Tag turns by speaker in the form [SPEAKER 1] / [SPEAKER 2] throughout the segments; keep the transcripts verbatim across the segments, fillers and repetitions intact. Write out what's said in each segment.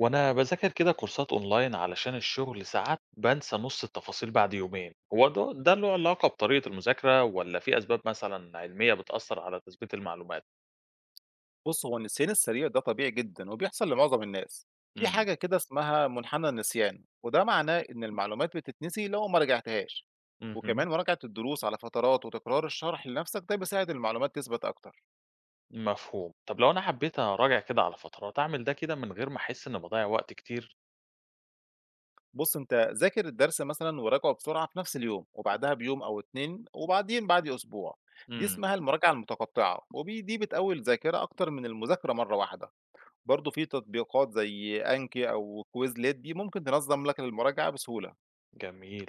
[SPEAKER 1] وانا بذاكر كده كورسات اونلاين علشان الشغل ساعات بنسى نص التفاصيل بعد يومين. هو ده ده له علاقة بطريقة المذاكرة ولا في اسباب مثلا علمية بتأثر على تثبيت المعلومات؟
[SPEAKER 2] بُص، هو النسيان السريع ده طبيعي جدًا وبيحصل لمعظم الناس. في
[SPEAKER 1] امم.
[SPEAKER 2] حاجة كده اسمها منحنى النسيان، وده معناه إن المعلومات بتتنسي لو ما راجعتهاش.
[SPEAKER 1] امم.
[SPEAKER 2] وكمان مراجعة الدروس على فترات وتكرار الشرح لنفسك ده بيساعد المعلومات تثبت أكتر.
[SPEAKER 1] مفهوم. طب لو انا حبيت اراجع كده على فترات اعمل ده كده من غير ما احس اني بضيع وقت كتير؟
[SPEAKER 2] بُص، أنت ذاكر الدرس مثلًا وراجعه بسرعة في نفس اليوم وبعدها بيوم أو اتنين وبعدين بعد أسبوع. دي
[SPEAKER 1] امم.
[SPEAKER 2] اسمها المراجعة المتقطعة، ودي دي بتقوي الذاكرة أكتر من المذاكرة مرة واحدة. برضه في تطبيقات زي أنكي أو كويزليت دي ممكن تنظم لك المراجعة بسهولة.
[SPEAKER 1] جميل.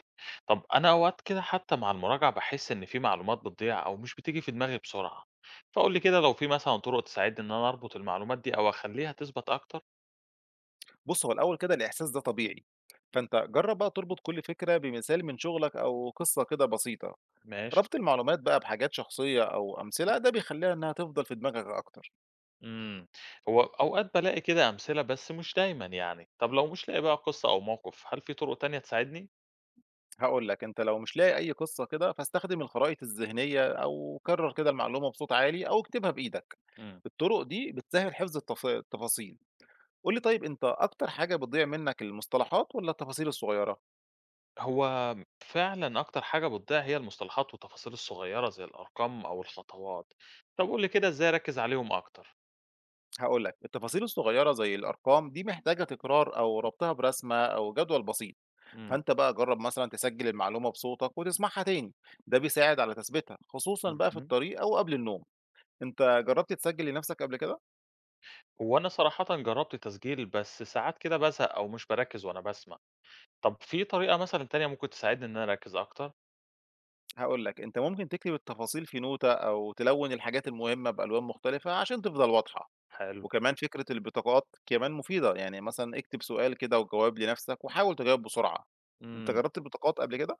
[SPEAKER 1] طب انا اوقات كده حتى مع المراجعة بحس ان في معلومات بتضيع او مش بتيجي في دماغي بسرعة، فقول لي كده لو في مثلا طرق تساعدني ان انا اربط المعلومات دي او اخليها تثبت اكتر.
[SPEAKER 2] بُص، هو الأول كده الإحساس ده طبيعي، فأنت جرّب بقى تربط كل فكرة بمثال من شغلك أو قصة كده بسيطة،
[SPEAKER 1] ماشي.
[SPEAKER 2] ربط المعلومات بقى بحاجات شخصية أو أمثلة ده بيخلّيها إنها تفضل في دماغك أكتر،
[SPEAKER 1] إمم. هو أوقات بالاقي كده أمثلة بس مش دايمًا يعني. طب لو مش لاقي بقى قصة أو موقف، هل في طرق تانية تساعدني؟
[SPEAKER 2] هاقول لك أنت لو مش لاقي أي قصة كده فاستخدم الخرائط الذهنية أو كرر كده المعلومة بصوت عالي أو اكتبها بإيدك،
[SPEAKER 1] إمم.
[SPEAKER 2] الطرق دي بتسهّل حفظ التف التفاصيل، قُل لي طيب أنت أكتر حاجة بتضيع منك المصطلحات والّا التفاصيل الصغيرة؟
[SPEAKER 1] هو فعلًا أكتر حاجة بتضيع هي المصطلحات والتفاصيل الصغيرة زي الأرقام أو الخطوات. طب قُل لي كده إزاي أركّز عليهم أكتر؟
[SPEAKER 2] هاقول لك، التفاصيل الصغيرة زي الأرقام دي محتاجة تكرار أو ربطها برسمة أو جدول بسيط،
[SPEAKER 1] إمم.
[SPEAKER 2] فأنت بقى جرب مثلًا تسجل المعلومة بصوتك وتسمعها تاني، ده بيساعد على تثبيتها خصوصًا بقى في
[SPEAKER 1] اهم.
[SPEAKER 2] الطريق أو قبل النوم، أنت جربت تسجل لنفسك قبل كده؟
[SPEAKER 1] هو أنا صراحةً جرّبت تسجيل، بس ساعات كده بازهق أو مش باركّز وأنا باسمع. طب في طريقة مثلًا تانية ممكن تساعدني إن أنا أركّز أكتر؟
[SPEAKER 2] هاقول لك، أنت ممكن تكتب التفاصيل في نوتة أو تلون الحاجات المهمة بألوان مختلفة عشان تفضل واضحة،
[SPEAKER 1] حلو.
[SPEAKER 2] وكمان فكرة البطاقات كمان مفيدة، يعني مثلًا اكتب سؤال كده وجواب لنفسك وحاول تجاوب بسرعة، أنت
[SPEAKER 1] إمم.
[SPEAKER 2] جربت البطاقات قبل كده؟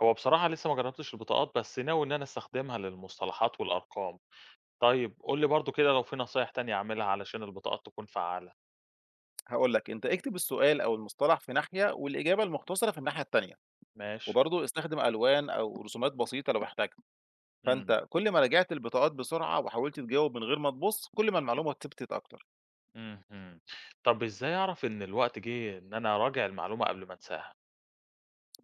[SPEAKER 1] هو بصراحة لسه ما جرّبتش البطاقات، بس ناوي إن أنا أستخدمها للمصطلحات والأرقام. طيب قُل لي برضه كده لو في نصايح تانية أعملها علشان البطاقات تكون فعّالة.
[SPEAKER 2] هاقول لك، أنت اكتب السؤال أو المصطلح في ناحية والإجابة المختصرة في الناحية التانية،
[SPEAKER 1] ماشي.
[SPEAKER 2] وبرضه استخدم ألوان أو رسومات بسيطة لو احتجت،
[SPEAKER 1] إمم.
[SPEAKER 2] فأنت كل ما راجعت البطاقات بسرعة وحاولت تجاوب من غير ما تبُص، كل ما المعلومة ثبتت أكتر.
[SPEAKER 1] اهم. طب إزاي أعرف إن الوقت جِه إن أنا أراجع المعلومة قبل ما أنساها؟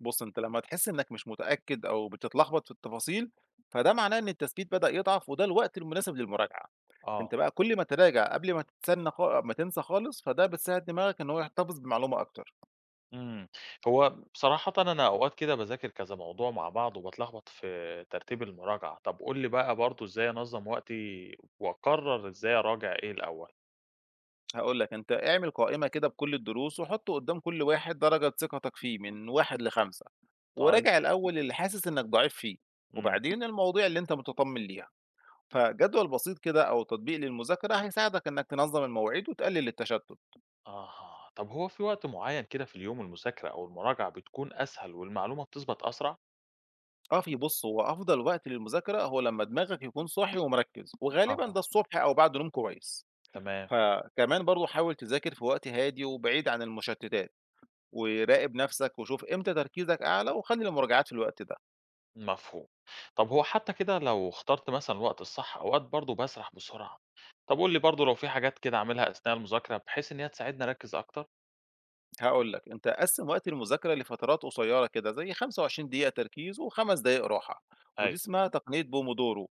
[SPEAKER 2] بُص، أنت لمّا تحس إنك مش متأكد أو بتتلخبط في التفاصيل، فده معناه إن التثبيت بدأ يضعف وده الوقت المناسب للمراجعة.
[SPEAKER 1] آه.
[SPEAKER 2] أنت بقى كل ما تراجع قبل ما تتسنى خا ما تنسى خالص، فده بتساعد دماغك إن هو يحتفظ بمعلومة أكتر.
[SPEAKER 1] إمم. هو بصراحةً أنا أوقات كده باذاكر كذا موضوع مع بعض وباتلخبط في ترتيب المراجعة، طب قُل لي بقى برضه إزاي أنظّم وقتي وأقرر إزاي أراجع إيه الأول؟
[SPEAKER 2] هاقول لك، أنت اعمل قائمة كده بكل الدروس، وحُط قدّام كل واحد درجة ثقتك فيه من واحد ل5،
[SPEAKER 1] طيب.
[SPEAKER 2] وراجع الأول اللي حاسس إنك ضعيف فيه،
[SPEAKER 1] إمم.
[SPEAKER 2] وبعدين المواضيع اللي أنت متطمن ليها، فجدول بسيط كده أو تطبيق للمذاكرة هيساعدك إنك تنظّم المواعيد وتقلل التشتت.
[SPEAKER 1] أها، طب هو في وقت معيّن كده في اليوم المذاكرة أو المراجعة بتكون أسهل والمعلومة بتثبت أسرع؟
[SPEAKER 2] قافي بُص، هو أفضل وقت للمذاكرة هو لمّا دماغك يكون صاحي ومركّز، وغالبًا
[SPEAKER 1] أها.
[SPEAKER 2] ده الصبح أو بعد نوم كويس.
[SPEAKER 1] تمام.
[SPEAKER 2] فكمان برضه حاول تذاكر في وقت هادي وبعيد عن المشتتات، وراقب نفسك وشوف إمتى تركيزك أعلى، وخلّي المراجعات في الوقت ده.
[SPEAKER 1] مفهوم. طب هو حتى كده لو اخترت مثلا الوقت الصح اوقات برضه بسرح بسرعة، طب قول لي برضه لو في حاجات كده اعملها اثناء المذاكرة بحيث ان هي تساعدني اركز اكتر.
[SPEAKER 2] هاقول لك، أنت قسِّم وقت المذاكرة لفترات قصيّرة كده، زي خمسة وعشرين دقيقة تركيز و5 دقايق راحة، ودي
[SPEAKER 1] ايوه.
[SPEAKER 2] اسمها تقنية بومودورو.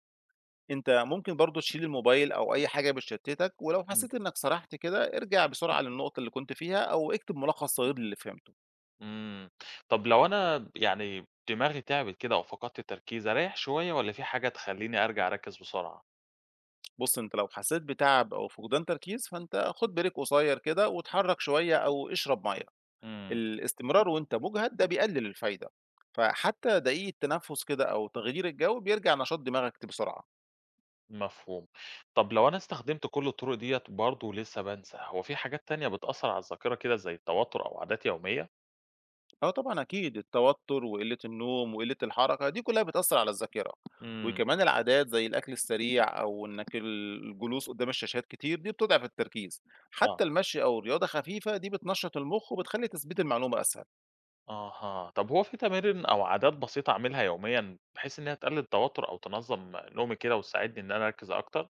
[SPEAKER 2] أنت ممكن برضه تشيل الموبايل أو أي حاجة بتشتِّتك، ولو
[SPEAKER 1] مم.
[SPEAKER 2] حسّيت إنك سرحت كده، ارجع بسرعة للنقطة اللي كنت فيها أو اكتب ملخص صغير للي فهمته.
[SPEAKER 1] امم. طب لو انا يعني دماغي تعبت كده او فقدت التركيز اريح شوية ولا في حاجة تخليني ارجع اركز بسرعة؟
[SPEAKER 2] بُص، أنت لو حسّيت بتعب أو فقدان تركيز، فأنت خُد بريك قصيّر كده واتحرّك شوية أو اشرب مَيّة.
[SPEAKER 1] امم.
[SPEAKER 2] الاستمرار وأنت مُجهد ده بيقلل الفايدة، فحتى دقيقة تنفُّس كده أو تغيير الجو بيرجع نشاط دماغك ت بسرعة.
[SPEAKER 1] مفهوم. طب لو انا استخدمت كل الطرق ديت برضه لسه بنسى، هو في حاجات تانية بتأثر على الذاكرة كده زي التوتر او عادات يومية؟
[SPEAKER 2] آه طبعًا أكيد، التوتر وقلة النوم وقلة الحركة دي كلّها بتأثّر على الذاكرة،
[SPEAKER 1] امم.
[SPEAKER 2] وكمان العادات زي الأكل السريع أو إنّك ال الجلوس قدّام الشاشات كتير دي بتضعف التركيز،
[SPEAKER 1] اه.
[SPEAKER 2] حتى المشي أو رياضة خفيفة دي بتنشّط المُخ وبتخلّي تثبيت المعلومة أسهل.
[SPEAKER 1] أها، طب هو في تمارين أو عادات بسيطة أعملها يوميًا بحيث إن هي تقلل التوتر أو تنظم نومي كده وتساعدني إن أنا أركز أكتر؟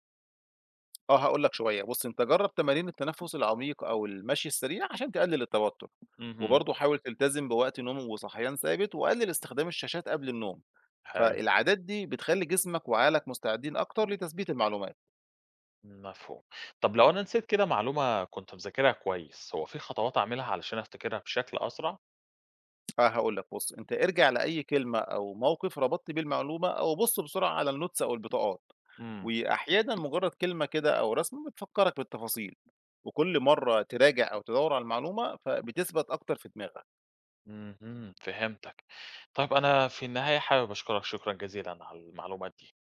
[SPEAKER 2] آه هاقول لك شوية، بُص أنت جرّب تمارين التنفس العميق أو المشي السريع عشان تقلل التوتر،
[SPEAKER 1] اهم.
[SPEAKER 2] وبرضه حاول تلتزم بوقت نوم وصحيان ثابت وقلل استخدام الشاشات قبل النوم،
[SPEAKER 1] حلو.
[SPEAKER 2] فالعادات دي بتخلّي جسمك وعقلك مستعدين أكتر لتثبيت المعلومات.
[SPEAKER 1] مفهوم. طب لو أنا نسيت كده معلومة كنت مذاكرها كويس، هو في خطوات أعملها علشان أفتكرها بشكل أسرع؟
[SPEAKER 2] آه، هاقول لك بُص، أنت ارجع لأي كلمة أو موقف ربطت بيه المعلومة أو بُص بسرعة على الnotes أو البطاقات،
[SPEAKER 1] إمم.
[SPEAKER 2] وأحيانًا مجرد كلمة كده أو رسمة بتفكّرك بالتفاصيل، وكل مرّة تراجع أو تدوّر على المعلومة فبتثبت أكتر في دماغك.
[SPEAKER 1] اهم. فهمتك. طيب أنا في النهاية حابب أشكرك شكرًا جزيلًا على المعلومات دي.